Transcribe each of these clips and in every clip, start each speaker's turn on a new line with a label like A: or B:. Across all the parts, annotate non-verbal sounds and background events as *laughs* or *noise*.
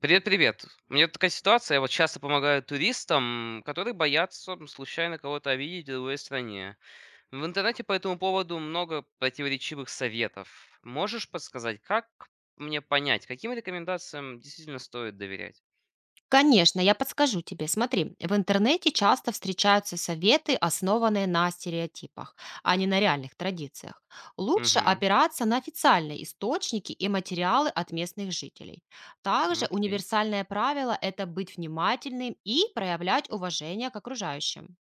A: Привет-привет. У меня такая ситуация, я вот часто помогаю туристам, которые боятся случайно кого-то обидеть в другой стране. В интернете по этому поводу много противоречивых советов. Можешь подсказать, как мне понять, каким рекомендациям действительно стоит доверять?
B: Конечно, я подскажу тебе. Смотри, в интернете часто встречаются советы, основанные на стереотипах, а не на реальных традициях. Лучше
A: Угу,
B: опираться на официальные источники и материалы от местных жителей. Также
A: окей.
B: универсальное правило– это быть внимательным и проявлять уважение к окружающим.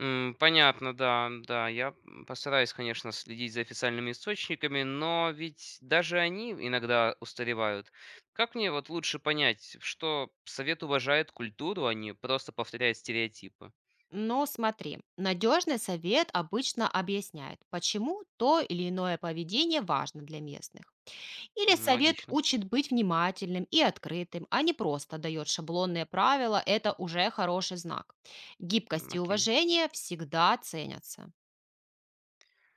A: Понятно, да, да. Постараюсь, конечно, следить за официальными источниками, но ведь даже они иногда устаревают. Как мне вот лучше понять, что совет уважает культуру, а не просто повторяет стереотипы?
B: Но смотри, надежный совет обычно объясняет, почему то или иное поведение важно для местных. Или совет
A: Логично.
B: учит быть внимательным и открытым, а не просто дает шаблонные правила, это уже хороший знак. Гибкость и
A: Окей.
B: уважение всегда ценятся.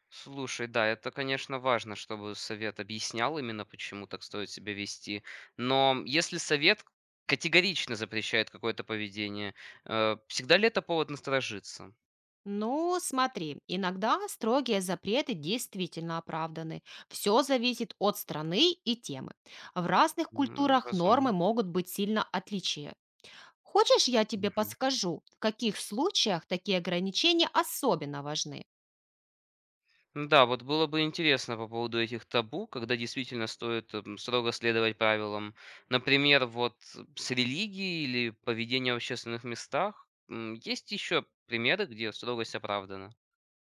A: Слушай, да, это, конечно, важно, чтобы совет объяснял именно, почему так стоит себя вести. Но если совет категорично запрещает какое-то поведение, всегда ли это повод насторожиться?
B: Ну, смотри, иногда строгие запреты действительно оправданы. Все зависит от страны и темы. В разных культурах нормы
A: Разумно.
B: могут быть сильно отличие. Хочешь, я тебе
A: Мгм.
B: подскажу, в каких случаях такие ограничения особенно важны?
A: Ну да, вот было бы интересно по поводу этих табу, когда действительно стоит строго следовать правилам. Например, вот с религией или поведением в общественных местах. Есть еще примеры, где строгость оправдана.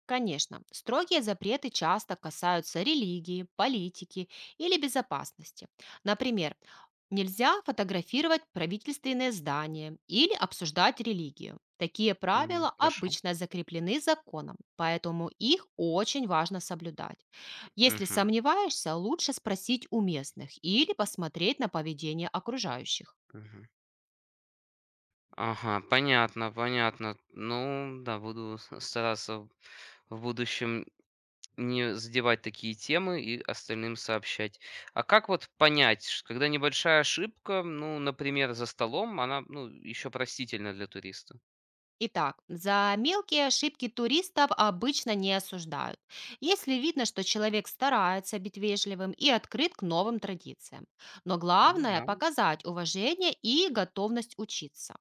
B: Конечно, строгие запреты часто касаются религии, политики или безопасности. Например, нельзя фотографировать правительственные здания или обсуждать религию. Такие правила
A: Хорошо.
B: обычно закреплены законом, поэтому их очень важно соблюдать. Если
A: Мгм,
B: сомневаешься, лучше спросить у местных или посмотреть на поведение окружающих.
A: мгм. Ага, понятно, понятно. Ну, да, буду стараться в будущем не задевать такие темы и остальным сообщать. А как вот понять, когда небольшая ошибка, ну, например, за столом, она, ну, еще простительна для туриста?
B: Итак, за мелкие ошибки туристов обычно не осуждают, если видно, что человек старается быть вежливым и открыт к новым традициям. Но главное–
A: Да.
B: показать уважение и готовность учиться.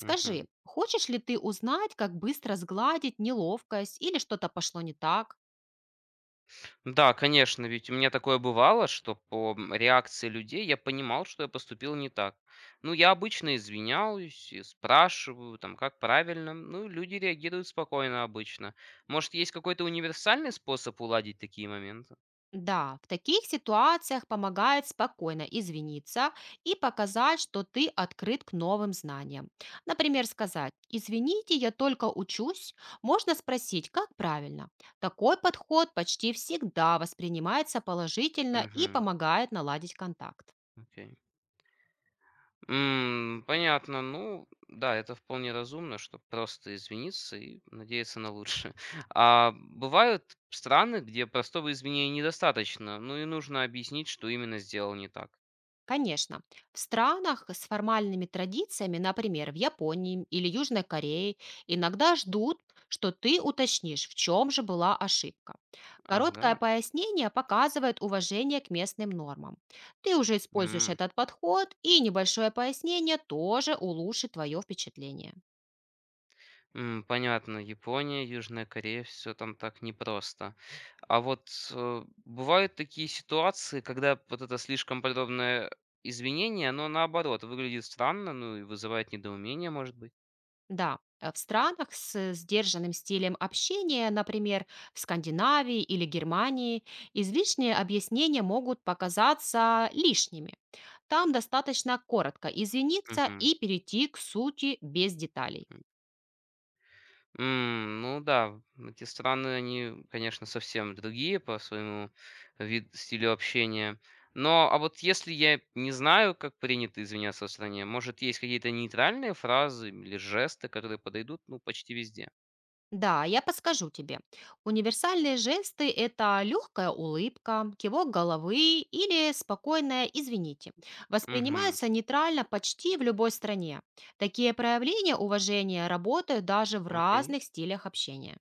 A: Мгм.
B: хочешь ли ты узнать, как быстро сгладить неловкость или что-то пошло не так?
A: Да, конечно, ведь у меня такое бывало, что по реакции людей я понимал, что я поступил не так. Ну, я обычно извиняюсь и спрашиваю, там, как правильно. Ну, люди реагируют спокойно обычно. Может, есть какой-то универсальный способ уладить такие моменты?
B: Да, в таких ситуациях помогает спокойно извиниться и показать, что ты открыт к новым знаниям. Например, сказать «Извините, я только учусь». Можно спросить, как правильно. Такой подход почти всегда воспринимается положительно и
A: Угу.
B: помогает наладить контакт.
A: Окей. Понятно. Ну да, это вполне разумно, что просто извиниться и надеяться на лучшее. *laughs* А бывают страны, где простого извинения недостаточно, ну и нужно объяснить, что именно сделал не так.
B: Конечно, в странах с формальными традициями, например, в Японии или Южной Корее, иногда ждут, что ты уточнишь, в чем же была ошибка.
A: Ах, да?
B: Короткое пояснение показывает уважение к местным нормам. Ты уже используешь
A: М.
B: этот подход, и небольшое пояснение тоже улучшит твое впечатление.
A: Понятно. Япония, Южная Корея, все там так непросто. А вот, бывают такие ситуации, когда вот это слишком подробное извинение, оно наоборот выглядит странно, ну и вызывает недоумение, может быть?
B: Да, в странах с сдержанным стилем общения, например, в Скандинавии или Германии, излишние объяснения могут показаться лишними. Там достаточно коротко извиниться
A: Мгм.
B: и перейти к сути без деталей.
A: Ну да, эти страны, они, конечно, совсем другие по своему вид стилю общения. Но, а вот если я не знаю, как принято извиняться в стране, может, есть какие-то нейтральные фразы или жесты, которые подойдут, ну, почти везде?
B: Да, я подскажу тебе. Универсальные жесты– это легкая улыбка, кивок головы или спокойное «извините».
A: Мгм.
B: Воспринимаются нейтрально почти в любой стране. Такие проявления уважения работают даже в
A: Окей.
B: разных стилях общения.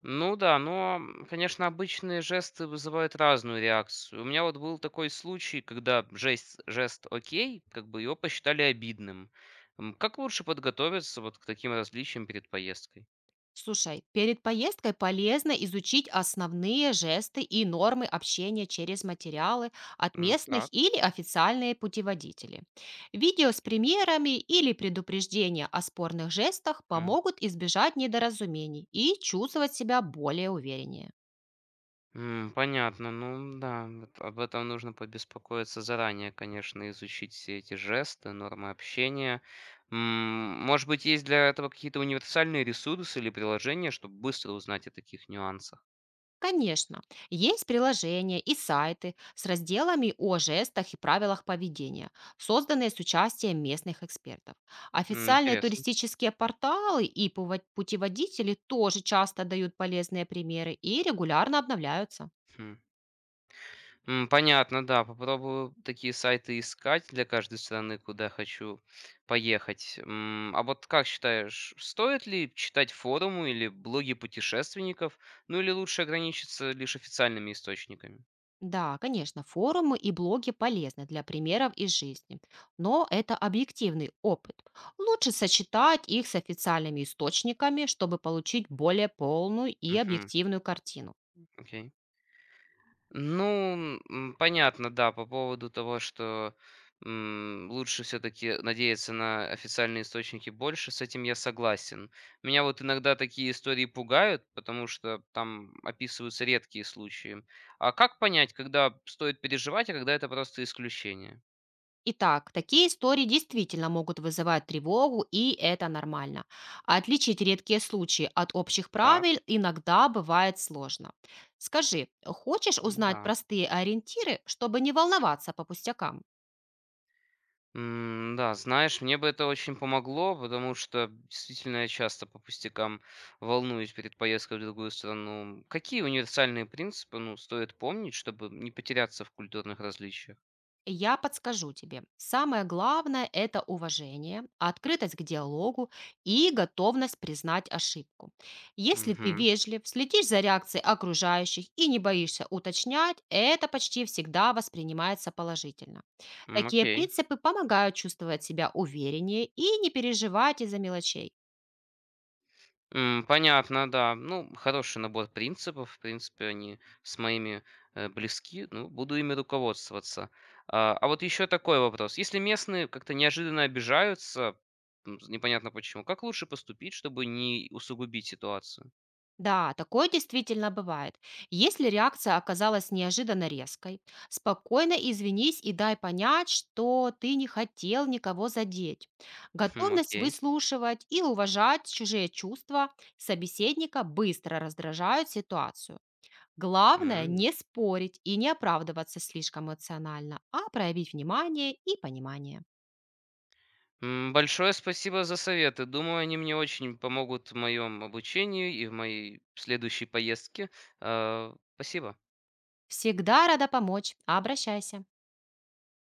A: Ну да, но, конечно, обычные жесты вызывают разную реакцию. У меня вот был такой случай, когда жест, жест «окей», как бы его посчитали обидным. Как лучше подготовиться вот к таким различиям перед поездкой?
B: Слушай, перед поездкой полезно изучить основные жесты и нормы общения через материалы от местных
A: Так.
B: или официальные путеводители. Видео с примерами или предупреждения о спорных жестах
A: М.
B: помогут избежать недоразумений и чувствовать себя более увереннее.
A: Понятно. Ну да, вот об этом нужно побеспокоиться заранее, конечно, изучить все эти жесты, нормы общения. Может быть, есть для этого какие-то универсальные ресурсы или приложения, чтобы быстро узнать о таких нюансах?
B: Конечно, есть приложения и сайты с разделами о жестах и правилах поведения, созданные с участием местных экспертов. Официальные
A: Интересно.
B: туристические порталы и путеводители тоже часто дают полезные примеры и регулярно обновляются.
A: Хм. Понятно, да. Попробую такие сайты искать для каждой страны, куда хочу поехать. А вот как считаешь, стоит ли читать форумы или блоги путешественников, ну или лучше ограничиться лишь официальными источниками?
B: Да, конечно, форумы и блоги полезны для примеров из жизни, но это объективный опыт. Лучше сочетать их с официальными источниками, чтобы получить более полную и
A: Угу,
B: объективную картину.
A: окей. Ну, понятно, да, по поводу того, что лучше все-таки надеяться на официальные источники больше, с этим я согласен. Меня вот иногда такие истории пугают, потому что там описываются редкие случаи. А как понять, когда стоит переживать, а когда это просто исключение?
B: Итак, такие истории действительно могут вызывать тревогу, и это нормально. А отличить редкие случаи от общих
A: Так,
B: правил иногда бывает сложно. Скажи, хочешь узнать
A: да.
B: простые ориентиры, чтобы не волноваться по пустякам?
A: Да, знаешь, мне бы это очень помогло, потому что действительно я часто по пустякам волнуюсь перед поездкой в другую страну. Какие универсальные принципы, ну, стоит помнить, чтобы не потеряться в культурных различиях?
B: Я подскажу тебе. Самое главное– это уважение, открытость к диалогу и готовность признать ошибку. Если ты
A: Угу.
B: вежлив, следишь за реакцией окружающих и не боишься уточнять, это почти всегда воспринимается положительно. Такие
A: Окей.
B: принципы помогают чувствовать себя увереннее и не переживать из-за мелочей.
A: Понятно, да. Ну, хороший набор принципов. В принципе, они с моими, близки. Ну, буду ими руководствоваться. А вот еще такой вопрос. Если местные как-то неожиданно обижаются, з непонятно почему, как лучше поступить, чтобы не усугубить ситуацию?
B: Да, такое действительно бывает. Если реакция оказалась неожиданно резкой, спокойно извинись и дай понять, что ты не хотел никого задеть.
A: Хм,
B: Готовность
A: окей.
B: выслушивать и уважать чужие чувства собеседника быстро раздражают ситуацию. Главное
A: М.
B: не спорить и не оправдываться слишком эмоционально, а проявить внимание и понимание.
A: Большое спасибо за советы. Думаю, они мне очень помогут в моем обучении и в моей следующей поездке. А, спасибо.
B: Всегда рада помочь. Обращайся.